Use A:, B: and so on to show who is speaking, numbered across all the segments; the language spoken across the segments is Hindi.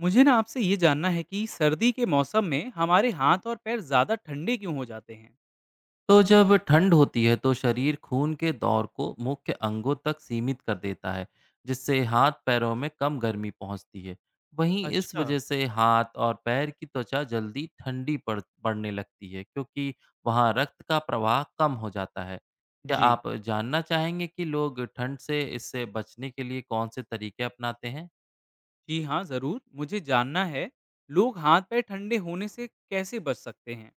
A: मुझे ना आपसे ये जानना है कि सर्दी के मौसम में हमारे हाथ और पैर ज़्यादा ठंडे क्यों हो जाते हैं?
B: तो जब ठंड होती है तो शरीर खून के दौर को मुख्य अंगों तक सीमित कर देता है। जिससे हाथ पैरों में कम गर्मी पहुंचती है। वहीं इस
A: अच्छा।
B: वजह से हाथ और पैर की त्वचा जल्दी ठंडी पड़ने लगती है क्योंकि वहां रक्त का प्रवाह कम हो जाता है। क्या
A: जी।
B: आप जानना चाहेंगे कि लोग ठंड से इससे बचने के लिए कौन से तरीके अपनाते हैं?
A: जी हाँ, ज़रूर। मुझे जानना है, लोग हाथ पैर ठंडे होने से कैसे बच सकते हैं?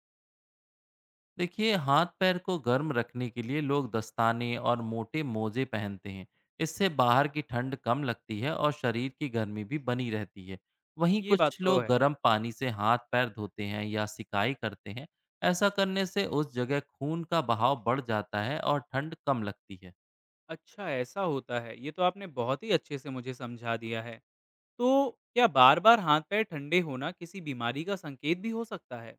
B: देखिए, हाथ पैर को गर्म रखने के लिए लोग दस्ताने और मोटे मोजे पहनते हैं। इससे बाहर की ठंड कम लगती है और शरीर की गर्मी भी बनी रहती है। वहीं
A: ये बात
B: कुछ
A: तो
B: लोग
A: है।
B: गर्म पानी से हाथ पैर धोते हैं या सिकाई करते हैं। ऐसा करने से उस जगह खून का बहाव बढ़ जाता है और ठंड कम लगती है।
A: अच्छा, ऐसा होता है। ये तो आपने बहुत ही अच्छे से मुझे समझा दिया है। तो क्या बार-बार हाथ पैर ठंडे होना किसी बीमारी का संकेत भी हो सकता है?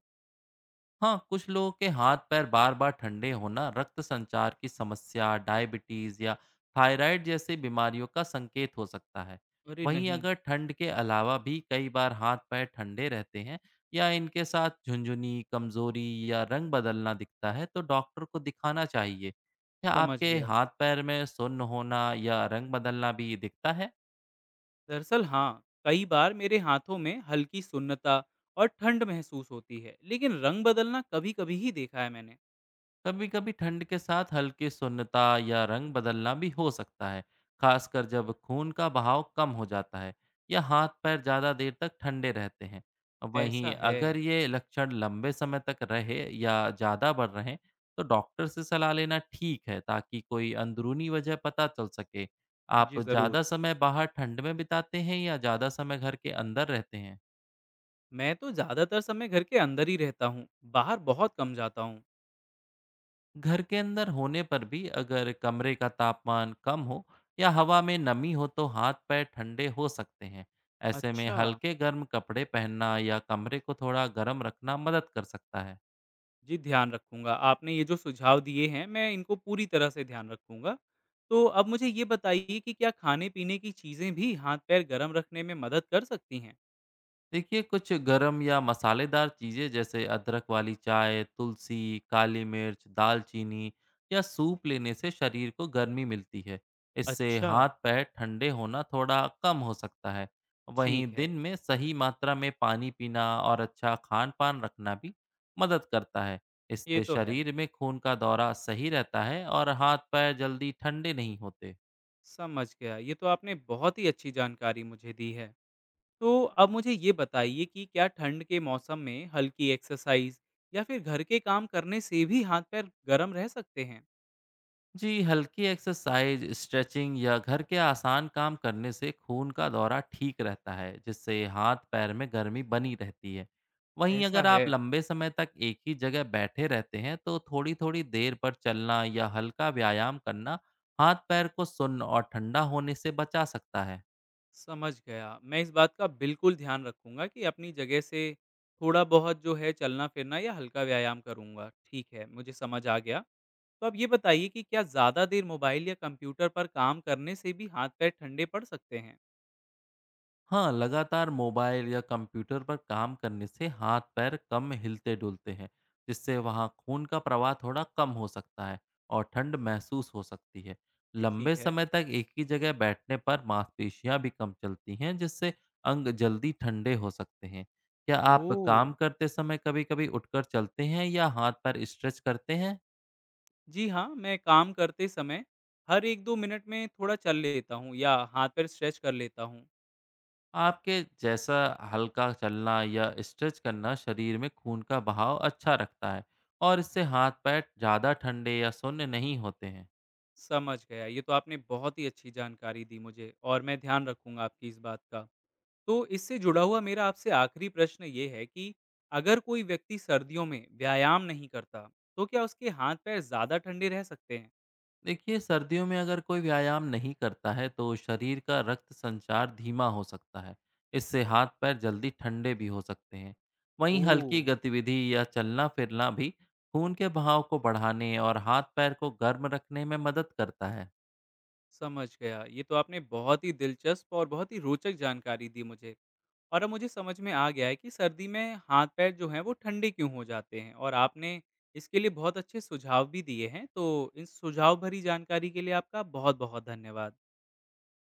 B: हाँ, कुछ लोगों के हाथ पैर बार बार ठंडे होना रक्त संचार की समस्या, डायबिटीज या थायराइड जैसी बीमारियों का संकेत हो सकता है।
A: अरे
B: वहीं
A: नहीं।
B: अगर ठंड के अलावा भी कई बार हाथ पैर ठंडे रहते हैं या इनके साथ झुंझुनी, कमजोरी या रंग बदलना दिखता है तो डॉक्टर को दिखाना चाहिए। क्या
A: समझ
B: आपके
A: गया।
B: हाथ पैर में सुन्न होना या रंग बदलना भी दिखता है?
A: दरअसल हाँ, कई बार मेरे हाथों में हल्की सुन्नता और ठंड महसूस होती है, लेकिन रंग बदलना कभी कभी ही देखा है मैंने।
B: कभी-कभी ठंड के साथ हल्की सुन्नता या रंग बदलना भी हो सकता है, खासकर जब खून का बहाव कम हो जाता है या हाथ पैर ज़्यादा देर तक ठंडे रहते हैं।
A: ऐसा
B: वहीं
A: है।
B: अगर ये लक्षण लंबे समय तक रहे या ज़्यादा बढ़ रहे, तो डॉक्टर से सलाह लेना ठीक है ताकि कोई अंदरूनी वजह पता चल सके। आप
A: जी जरूर।
B: ज़्यादा समय बाहर ठंड में बिताते हैं या ज़्यादा समय घर के अंदर रहते हैं?
A: मैं तो ज्यादातर समय घर के अंदर ही रहता हूँ, बाहर बहुत कम जाता हूँ।
B: घर के अंदर होने पर भी अगर कमरे का तापमान कम हो या हवा में नमी हो तो हाथ पैर ठंडे हो सकते हैं। ऐसे में
A: अच्छा।
B: हल्के गर्म कपड़े पहनना या कमरे को थोड़ा गर्म रखना मदद कर सकता है।
A: जी, ध्यान रखूंगा। आपने ये जो सुझाव दिए हैं, मैं इनको पूरी तरह से ध्यान रखूंगा। तो अब मुझे ये बताइए कि क्या खाने पीने की चीजें भी हाथ पैर गर्म रखने में मदद कर सकती हैं।
B: देखिए, कुछ गरम या मसालेदार चीज़ें जैसे अदरक वाली चाय, तुलसी, काली मिर्च, दालचीनी या सूप लेने से शरीर को गर्मी मिलती है। इससे
A: अच्छा।
B: हाथ पैर ठंडे होना थोड़ा कम हो सकता है। वहीं
A: ठीक है।
B: दिन में सही मात्रा में पानी पीना और अच्छा खान पान रखना भी मदद करता है।
A: ये
B: इससे
A: तो है।
B: शरीर में खून का दौरा सही रहता है और हाथ पैर जल्दी ठंडे नहीं होते।
A: समझ गया। ये तो आपने बहुत ही अच्छी जानकारी मुझे दी है। तो अब मुझे ये बताइए कि क्या ठंड के मौसम में हल्की एक्सरसाइज़ या फिर घर के काम करने से भी हाथ-पैर गर्म रह सकते हैं?
B: जी, हल्की एक्सरसाइज, स्ट्रेचिंग या घर के आसान काम करने से खून का दौरा ठीक रहता है जिससे हाथ पैर में गर्मी बनी रहती है। वहीं
A: ऐसा
B: अगर
A: है।
B: आप लंबे समय तक एक ही जगह बैठे रहते हैं तो थोड़ी थोड़ी देर पर चलना या हल्का व्यायाम करना हाथ पैर को सुन्न और ठंडा होने से बचा सकता है।
A: समझ गया। मैं इस बात का बिल्कुल ध्यान रखूँगा कि अपनी जगह से थोड़ा-बहुत जो है चलना-फिरना या हल्का व्यायाम करूँगा। ठीक है, मुझे समझ आ गया। तो अब ये बताइए कि क्या ज़्यादा देर मोबाइल या कंप्यूटर पर काम करने से भी हाथ-पैर ठंडे पड़ सकते हैं?
B: हाँ, लगातार मोबाइल या कंप्यूटर पर काम करने से हाथ-पैर कम हिलते-डुलते हैं, जिससे वहाँ खून का प्रवाह थोड़ा कम हो सकता है और ठंड महसूस हो सकती है। लंबे
A: ठीक है।
B: समय तक एक ही जगह बैठने पर मांसपेशियाँ भी कम चलती हैं, जिससे अंग जल्दी ठंडे हो सकते हैं। क्या आप
A: ओह!
B: काम करते समय कभी-कभी उठकर चलते हैं या हाथ-पैर स्ट्रेच करते हैं?
A: जी हाँ, मैं काम करते समय हर 1-2 मिनट में थोड़ा चल लेता हूँ या हाथ-पैर स्ट्रेच कर लेता हूँ।
B: आपके जैसा हल्का चलना या स्ट्रेच करना शरीर में खून का बहाव अच्छा रखता है और इससे हाथ पैर ज़्यादा ठंडे या शून्य नहीं होते हैं।
A: समझ गया। ये तो आपने बहुत ही अच्छी जानकारी दी मुझे, और मैं ध्यान रखूँगा आपकी इस बात का। तो इससे जुड़ा हुआ मेरा आपसे आखिरी प्रश्न ये है कि अगर कोई व्यक्ति सर्दियों में व्यायाम नहीं करता, तो क्या उसके हाथ-पैर ज़्यादा ठंडे रह सकते हैं?
B: देखिए, सर्दियों में अगर कोई व्यायाम नहीं करता है तो शरीर का रक्त संचार धीमा हो सकता है। इससे हाथ पैर जल्दी ठंडे भी हो सकते हैं। वहीं हल्की
A: ओह!
B: गतिविधि या चलना फिरना भी खून के बहाव को बढ़ाने और हाथ पैर को गर्म रखने में मदद करता है।
A: समझ गया। ये तो आपने बहुत ही दिलचस्प और बहुत ही रोचक जानकारी दी मुझे। और अब मुझे समझ में आ गया है कि सर्दी में हाथ-पैर जो हैं वो ठंडे क्यों हो जाते हैं, और आपने इसके लिए बहुत अच्छे सुझाव भी दिए हैं। तो इस सुझाव भरी जानकारी के लिए आपका बहुत-बहुत धन्यवाद।